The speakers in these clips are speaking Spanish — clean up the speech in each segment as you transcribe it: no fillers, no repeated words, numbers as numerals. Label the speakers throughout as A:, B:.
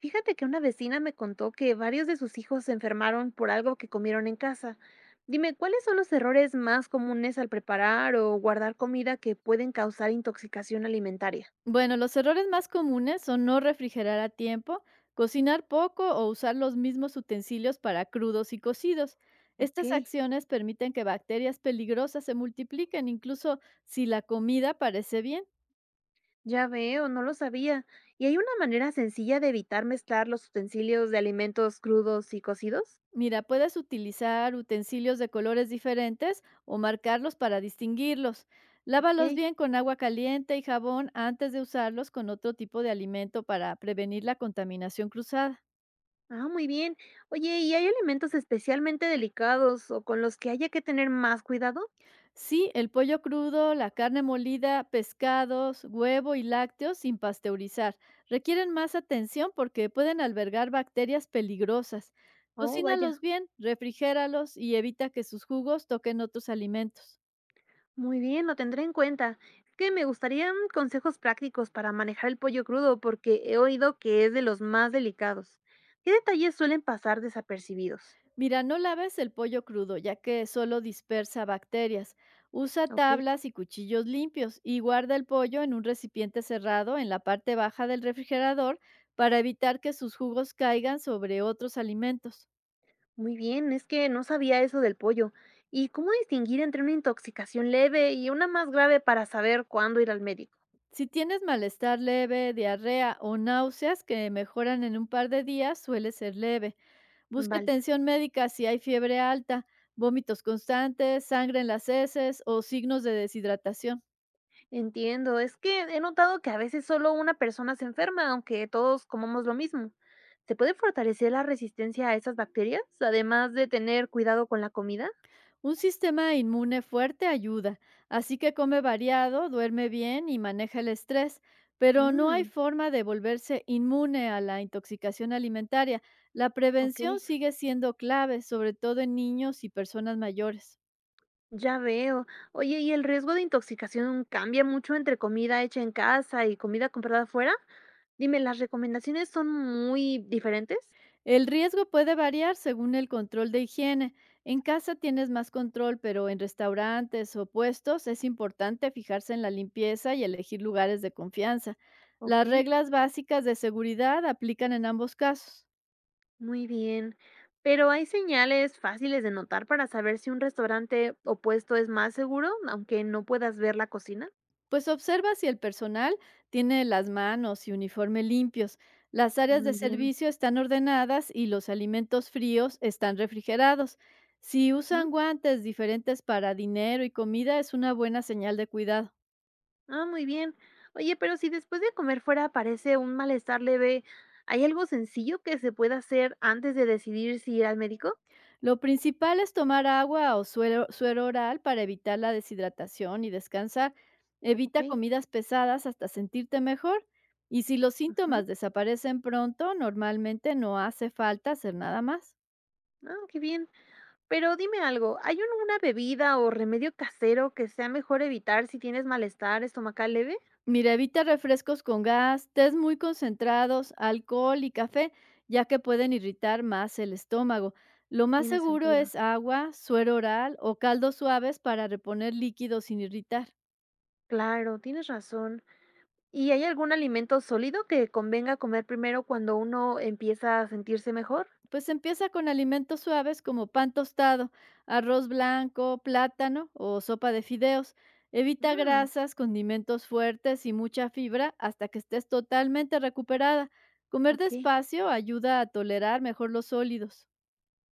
A: Fíjate que una vecina me contó que varios de sus hijos se enfermaron por algo que comieron en casa. Dime, ¿cuáles son los errores más comunes al preparar o guardar comida que pueden causar intoxicación alimentaria?
B: Bueno, los errores más comunes son no refrigerar a tiempo, cocinar poco o usar los mismos utensilios para crudos y cocidos.
A: Ok,
B: Estas acciones permiten que bacterias peligrosas se multipliquen, incluso si la comida parece bien.
A: ya veo, no lo sabía. ¿Y hay una manera sencilla de evitar mezclar los utensilios de alimentos crudos y cocidos?
B: Mira, puedes utilizar utensilios de colores diferentes o marcarlos para distinguirlos.
A: Ok.
B: Lávalos bien con agua caliente y jabón antes de usarlos con otro tipo de alimento para prevenir la contaminación cruzada.
A: Ah, muy bien. Oye, ¿y hay alimentos especialmente delicados o con los que haya que tener más cuidado?
B: Sí, el pollo crudo, la carne molida, pescados, huevo y lácteos sin pasteurizar. Requieren más atención porque pueden albergar bacterias peligrosas.
A: Oh, vaya.
B: Cocínalos bien, refrigéralos y evita que sus jugos toquen otros alimentos.
A: Muy bien, lo tendré en cuenta. Es que me gustarían consejos prácticos para manejar el pollo crudo porque he oído que es de los más delicados. ¿Qué detalles suelen pasar desapercibidos?
B: Mira, no laves el pollo crudo, ya que solo dispersa bacterias. Usa
A: Ok,
B: tablas y cuchillos limpios y guarda el pollo en un recipiente cerrado en la parte baja del refrigerador para evitar que sus jugos caigan sobre otros alimentos.
A: muy bien, es que no sabía eso del pollo. ¿Y cómo distinguir entre una intoxicación leve y una más grave para saber cuándo ir al médico?
B: Si tienes malestar leve, diarrea o náuseas que mejoran en un par de días, suele ser leve. Busca
A: Vale,
B: atención médica si hay fiebre alta, vómitos constantes, sangre en las heces o signos de deshidratación.
A: entiendo. Es que he notado que a veces solo una persona se enferma, aunque todos comamos lo mismo. ¿Se puede fortalecer la resistencia a esas bacterias, además de tener cuidado con la comida?
B: Un sistema inmune fuerte ayuda, así que come variado, duerme bien y maneja el estrés, pero no hay
A: Mm,
B: forma de volverse inmune a la intoxicación alimentaria. La
A: ok,
B: prevención sigue siendo clave, sobre todo en niños y personas mayores.
A: ya veo. Oye, ¿y el riesgo de intoxicación cambia mucho entre comida hecha en casa y comida comprada afuera? Dime, ¿las recomendaciones son muy diferentes?
B: El riesgo puede variar según el control de higiene. En casa tienes más control, pero en restaurantes o puestos es importante fijarse en la limpieza y elegir lugares de confianza.
A: Ok,
B: Las reglas básicas de seguridad aplican en ambos casos.
A: muy bien. Pero ¿hay señales fáciles de notar para saber si un restaurante o puesto es más seguro, aunque no puedas ver la cocina?
B: Pues observa si el personal tiene las manos y uniforme limpios, las áreas de
A: Muy bien.
B: servicio están ordenadas y los alimentos fríos están refrigerados. Si
A: ¿Mm?
B: usan guantes diferentes para dinero y comida es una buena señal de cuidado.
A: Ah, muy bien. Oye, pero si después de comer fuera aparece un malestar leve, ¿hay algo sencillo que se pueda hacer antes de decidir si ir al médico?
B: Lo principal es tomar agua o suero, suero oral para evitar la deshidratación y descansar. Evita
A: Okey,
B: comidas pesadas hasta sentirte mejor. Y si los
A: ujú.
B: síntomas desaparecen pronto, normalmente no hace falta hacer nada más.
A: Ah, qué bien. Pero dime algo, ¿hay una bebida o remedio casero que sea mejor evitar si tienes malestar estomacal leve?
B: Mira, evita refrescos con gas, tés muy concentrados, alcohol y café, ya que pueden irritar más el estómago. Lo más
A: Tiene
B: seguro
A: sentido.
B: es agua, suero oral o caldos suaves para reponer líquidos sin irritar.
A: Claro, tienes razón. ¿Y hay algún alimento sólido que convenga comer primero cuando uno empieza a sentirse mejor?
B: Pues empieza con alimentos suaves como pan tostado, arroz blanco, plátano o sopa de fideos. Evita
A: Mm,
B: grasas, condimentos fuertes y mucha fibra hasta que estés totalmente recuperada. Comer
A: okey,
B: despacio ayuda a tolerar mejor los sólidos.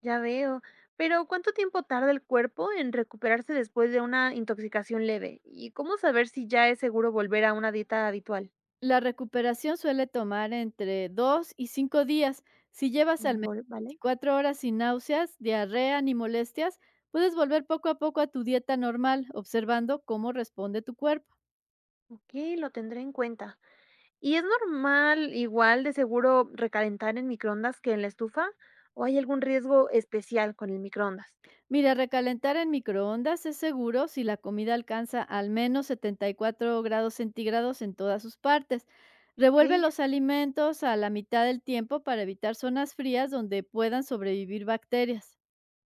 A: ya veo. Pero, ¿cuánto tiempo tarda el cuerpo en recuperarse después de una intoxicación leve? ¿Y cómo saber si ya es seguro volver a una dieta habitual?
B: La recuperación suele tomar entre 2 y 5 días. Si llevas al
A: Mm,
B: menos
A: vol vale.
B: 24 horas sin náuseas, diarrea ni molestias, puedes volver poco a poco a tu dieta normal, observando cómo responde tu cuerpo.
A: Okey, lo tendré en cuenta. ¿Y es normal, igual, de seguro, recalentar en microondas que en la estufa? ¿O hay algún riesgo especial con el microondas?
B: Mira, recalentar en microondas es seguro si la comida alcanza al menos 74 grados centígrados en todas sus partes. Revuelve
A: Okey,
B: los alimentos a la mitad del tiempo para evitar zonas frías donde puedan sobrevivir bacterias.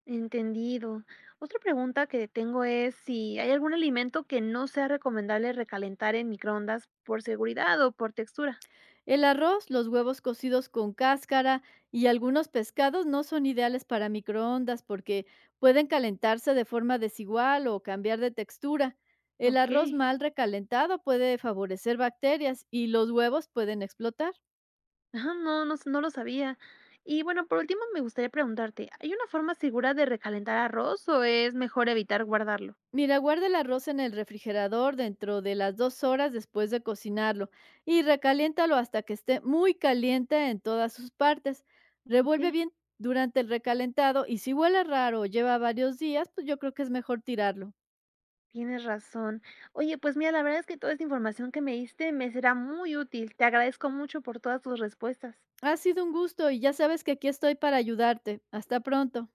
A: entendido. Otra pregunta que tengo es si hay algún alimento que no sea recomendable recalentar en microondas por seguridad o por textura.
B: El arroz, los huevos cocidos con cáscara y algunos pescados no son ideales para microondas porque pueden calentarse de forma desigual o cambiar de textura. El arroz
A: Okey.
B: mal recalentado puede favorecer bacterias y los huevos pueden explotar.
A: Ajá, no, no s no lo sabía. Y bueno, por último, me gustaría preguntarte, ¿hay una forma segura de recalentar arroz o es mejor evitar guardarlo?
B: Mira, guarda el arroz en el refrigerador dentro de las dos horas después de cocinarlo y recaliéntalo hasta que esté muy caliente en todas sus partes. Revuelve
A: Okey.
B: bien durante el recalentado y si huele raro o lleva varios días, pues yo creo que es mejor tirarlo.
A: Tienes razón. Oye, pues mira, la verdad es que toda esta información que me diste me será muy útil. Te agradezco mucho por todas tus respuestas.
B: Ha sido un gusto y ya sabes que aquí estoy para ayudarte. Hasta pronto.